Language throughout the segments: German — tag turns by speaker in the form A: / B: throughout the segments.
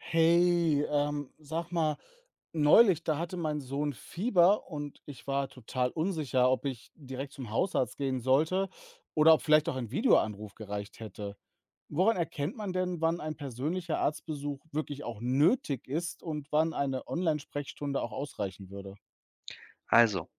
A: Hey, sag mal, neulich, da hatte mein Sohn Fieber und ich war total unsicher, ob ich direkt zum Hausarzt gehen sollte oder ob vielleicht auch ein Videoanruf gereicht hätte. Woran erkennt man denn, wann ein persönlicher Arztbesuch wirklich auch nötig ist und wann eine Online-Sprechstunde auch ausreichen würde?
B: Also,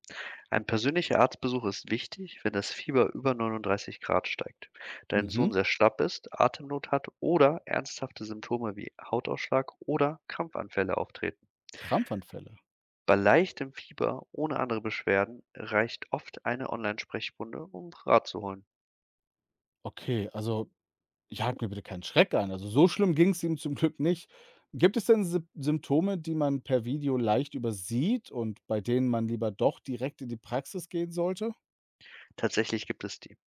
B: ein persönlicher Arztbesuch ist wichtig, wenn das Fieber über 39 Grad steigt, dein
A: Mhm,
B: Sohn sehr schlapp ist, Atemnot hat oder ernsthafte Symptome wie Hautausschlag oder Krampfanfälle auftreten.
A: Krampfanfälle.
B: Bei leichtem Fieber ohne andere Beschwerden reicht oft eine Online-Sprechstunde, um Rat zu holen.
A: Okay, also, jagt mir bitte keinen Schreck ein. Also, so schlimm ging es ihm zum Glück nicht. Gibt es denn Symptome, die man per Video leicht übersieht und bei denen man lieber doch direkt in die Praxis gehen sollte?
B: Tatsächlich gibt es die.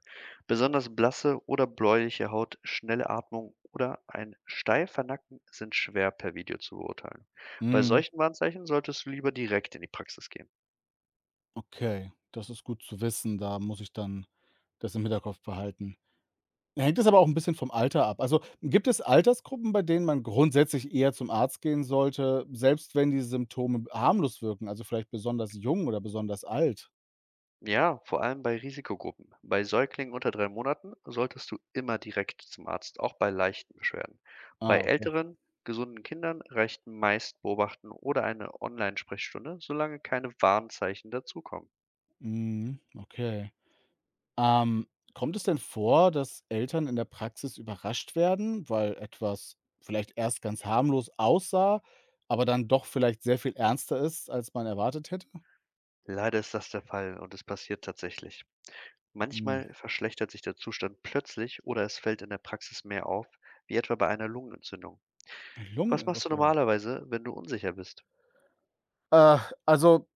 B: Besonders blasse oder bläuliche Haut, schnelle Atmung oder ein steifer Nacken sind schwer per Video zu beurteilen. Bei
A: Mhm,
B: solchen Warnzeichen solltest du lieber direkt in die Praxis gehen.
A: okay, das ist gut zu wissen. Da muss ich dann das im Hinterkopf behalten. Ja, hängt es aber auch ein bisschen vom Alter ab. Also, gibt es Altersgruppen, bei denen man grundsätzlich eher zum Arzt gehen sollte, selbst wenn die Symptome harmlos wirken, also vielleicht besonders jung oder besonders alt?
B: Ja, vor allem bei Risikogruppen. Bei Säuglingen unter 3 Monaten solltest du immer direkt zum Arzt, auch bei leichten Beschwerden. Bei
A: Ah, okay.
B: älteren, gesunden Kindern reicht meist Beobachten oder eine Online-Sprechstunde, solange keine Warnzeichen dazukommen.
A: Mhm, okay. Ähm, kommt es denn vor, dass Eltern in der Praxis überrascht werden, weil etwas vielleicht erst ganz harmlos aussah, aber dann doch vielleicht sehr viel ernster ist, als man erwartet hätte?
B: Leider ist das der Fall und es passiert tatsächlich.
A: Hm,
B: Manchmal verschlechtert sich der Zustand plötzlich oder es fällt in der Praxis mehr auf, wie etwa bei einer Lungenentzündung. Was machst du
A: Lungenentzündung.
B: normalerweise, wenn du unsicher bist?
A: Äh, also,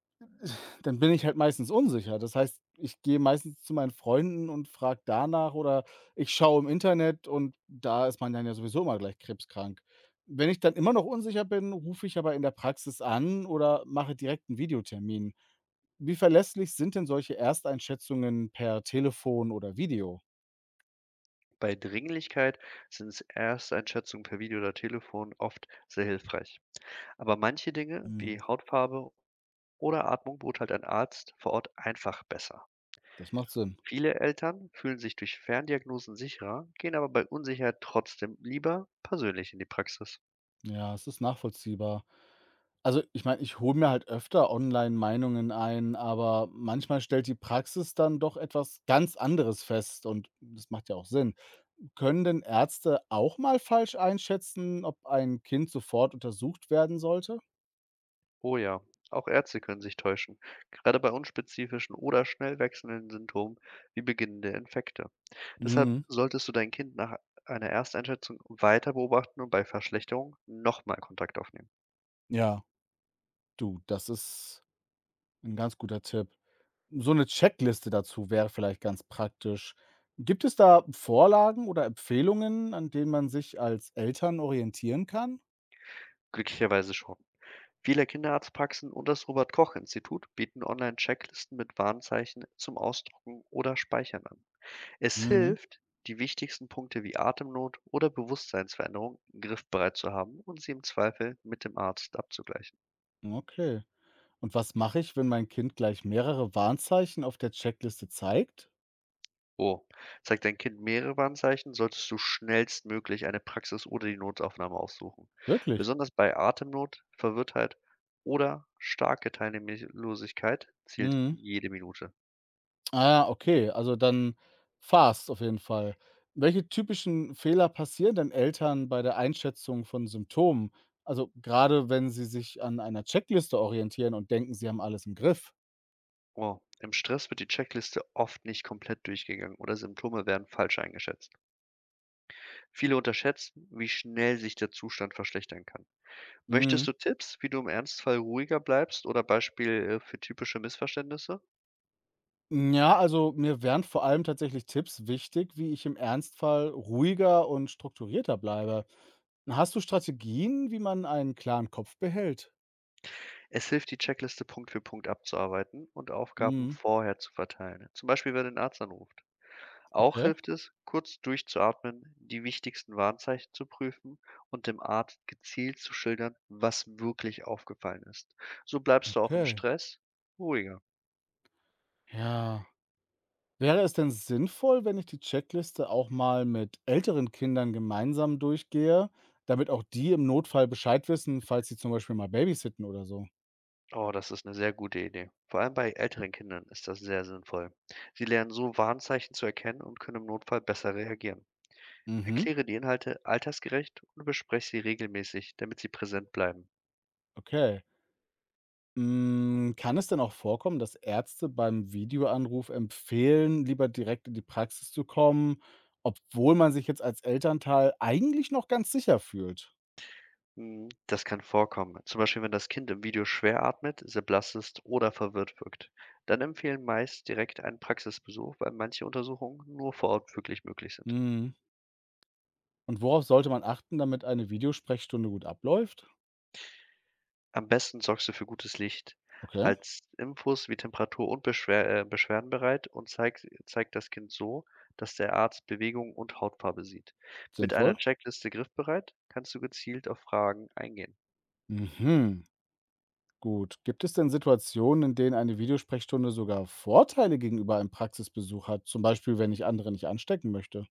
A: dann bin ich halt meistens unsicher. Das heißt, ich gehe meistens zu meinen Freunden und frage danach oder ich schaue im Internet und da ist man dann ja sowieso immer gleich krebskrank. Wenn ich dann immer noch unsicher bin, rufe ich aber in der Praxis an oder mache direkt einen Videotermin. Wie verlässlich sind denn solche Ersteinschätzungen per Telefon oder Video?
B: Bei Dringlichkeit sind Ersteinschätzungen per Video oder Telefon oft sehr hilfreich. Aber manche Dinge
A: Mhm.
B: wie Hautfarbe oder Atmung beurteilt ein Arzt vor Ort einfach besser.
A: Das macht Sinn.
B: Viele Eltern fühlen sich durch Ferndiagnosen sicherer, gehen aber bei Unsicherheit trotzdem lieber persönlich in die Praxis.
A: Ja, es ist nachvollziehbar. Also, ich meine, ich hole mir halt öfter online Meinungen ein, aber manchmal stellt die Praxis dann doch etwas ganz anderes fest und das macht ja auch Sinn. Können denn Ärzte auch mal falsch einschätzen, ob ein Kind sofort untersucht werden sollte?
B: Oh ja, auch Ärzte können sich täuschen, gerade bei unspezifischen oder schnell wechselnden Symptomen wie beginnende Infekte. Deshalb
A: Mhm.
B: solltest du dein Kind nach einer Ersteinschätzung weiter beobachten und bei Verschlechterung nochmal Kontakt aufnehmen.
A: Ja, du, das ist ein ganz guter Tipp. So eine Checkliste dazu wäre vielleicht ganz praktisch. Gibt es da Vorlagen oder Empfehlungen, an denen man sich als Eltern orientieren kann?
B: Glücklicherweise schon. Viele Kinderarztpraxen und das Robert-Koch-Institut bieten Online-Checklisten mit Warnzeichen zum Ausdrucken oder Speichern an. Es
A: Mhm.
B: hilft, die wichtigsten Punkte wie Atemnot oder Bewusstseinsveränderung griffbereit zu haben und sie im Zweifel mit dem Arzt abzugleichen.
A: Okay. Und was mache ich, wenn mein Kind gleich mehrere Warnzeichen auf der Checkliste zeigt?
B: Oh, zeigt dein Kind mehrere Warnzeichen, solltest du schnellstmöglich eine Praxis oder die Notaufnahme aufsuchen.
A: Wirklich?
B: Besonders bei Atemnot, Verwirrtheit oder starke Teilnehmlosigkeit zählt
A: Mhm.
B: jede Minute.
A: Ah ja, okay, also dann fast auf jeden Fall. Welche typischen Fehler passieren denn Eltern bei der Einschätzung von Symptomen? Also, gerade wenn sie sich an einer Checkliste orientieren und denken, sie haben alles im Griff.
B: Oh, im Stress wird die Checkliste oft nicht komplett durchgegangen oder Symptome werden falsch eingeschätzt. Viele unterschätzen, wie schnell sich der Zustand verschlechtern kann.
A: Mhm.
B: Möchtest du Tipps, wie du im Ernstfall ruhiger bleibst, oder Beispiele für typische Missverständnisse?
A: Ja, also mir wären vor allem tatsächlich Tipps wichtig, wie ich im Ernstfall ruhiger und strukturierter bleibe. Hast du Strategien, wie man einen klaren Kopf behält?
B: Es hilft, die Checkliste Punkt für Punkt abzuarbeiten und Aufgaben
A: Mhm,
B: vorher zu verteilen, zum Beispiel wer den Arzt anruft. Auch
A: okay,
B: hilft es, kurz durchzuatmen, die wichtigsten Warnzeichen zu prüfen und dem Arzt gezielt zu schildern, was wirklich aufgefallen ist. So bleibst du auch im
A: okay.
B: Stress ruhiger.
A: Ja. Wäre es denn sinnvoll, wenn ich die Checkliste auch mal mit älteren Kindern gemeinsam durchgehe, damit auch die im Notfall Bescheid wissen, falls sie zum Beispiel mal babysitten oder so?
B: Oh, das ist eine sehr gute Idee. Vor allem bei älteren Kindern ist das sehr sinnvoll. Sie lernen so, Warnzeichen zu erkennen und können im Notfall besser reagieren.
A: Mhm,
B: Erkläre die Inhalte altersgerecht und bespreche sie regelmäßig, damit sie präsent bleiben.
A: okay. Hm, kann es denn auch vorkommen, dass Ärzte beim Videoanruf empfehlen, lieber direkt in die Praxis zu kommen, obwohl man sich jetzt als Elternteil eigentlich noch ganz sicher fühlt?
B: Mhm, das kann vorkommen. Zum Beispiel, wenn das Kind im Video schwer atmet, sehr blass ist oder verwirrt wirkt. Dann empfehlen meist direkt einen Praxisbesuch, weil manche Untersuchungen nur vor Ort wirklich möglich sind.
A: Mhm. Und worauf sollte man achten, damit eine Videosprechstunde gut abläuft?
B: Am besten sorgst du für gutes Licht.
A: Okay,
B: Halt Infos wie Temperatur und Beschwerden bereit und zeig das Kind so, dass der Arzt Bewegung und Hautfarbe sieht. Mit einer
A: sinnvoll.
B: Checkliste griffbereit kannst du gezielt auf Fragen eingehen.
A: Mhm. Gut. Gibt es denn Situationen, in denen eine Videosprechstunde sogar Vorteile gegenüber einem Praxisbesuch hat? Zum Beispiel, wenn ich andere nicht anstecken möchte?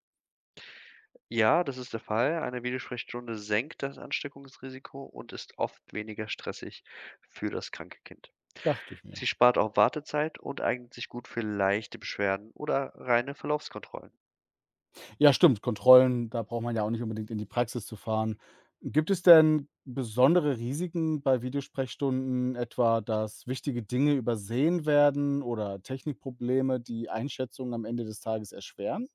B: Ja, das ist der Fall. Eine Videosprechstunde senkt das Ansteckungsrisiko und ist oft weniger stressig für das kranke Kind.
A: Dachte ich mir.
B: Sie spart auch Wartezeit und eignet sich gut für leichte Beschwerden oder reine Verlaufskontrollen.
A: Ja, stimmt. Kontrollen, da braucht man ja auch nicht unbedingt in die Praxis zu fahren. Gibt es denn besondere Risiken bei Videosprechstunden, etwa dass wichtige Dinge übersehen werden oder Technikprobleme die Einschätzung am Ende des Tages erschweren?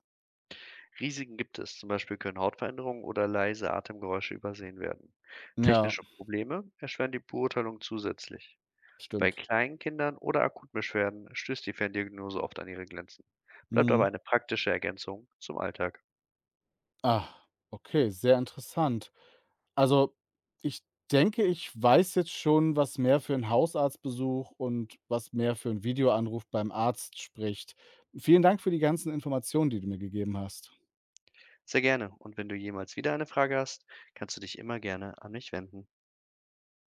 B: Risiken gibt es, zum Beispiel können Hautveränderungen oder leise Atemgeräusche übersehen werden.
A: Ja,
B: Technische Probleme erschweren die Beurteilung zusätzlich. Bei
A: stimmt.
B: kleinen Kindern oder akuten Beschwerden stößt die Ferndiagnose oft an ihre Grenzen, bleibt aber
A: Mhm.
B: eine praktische Ergänzung zum Alltag.
A: Ah, okay, sehr interessant. Also, ich denke, ich weiß jetzt schon, was mehr für einen Hausarztbesuch und was mehr für einen Videoanruf beim Arzt spricht. Vielen Dank für die ganzen Informationen, die du mir gegeben hast.
B: Sehr gerne. Und wenn du jemals wieder eine Frage hast, kannst du dich immer gerne an mich wenden.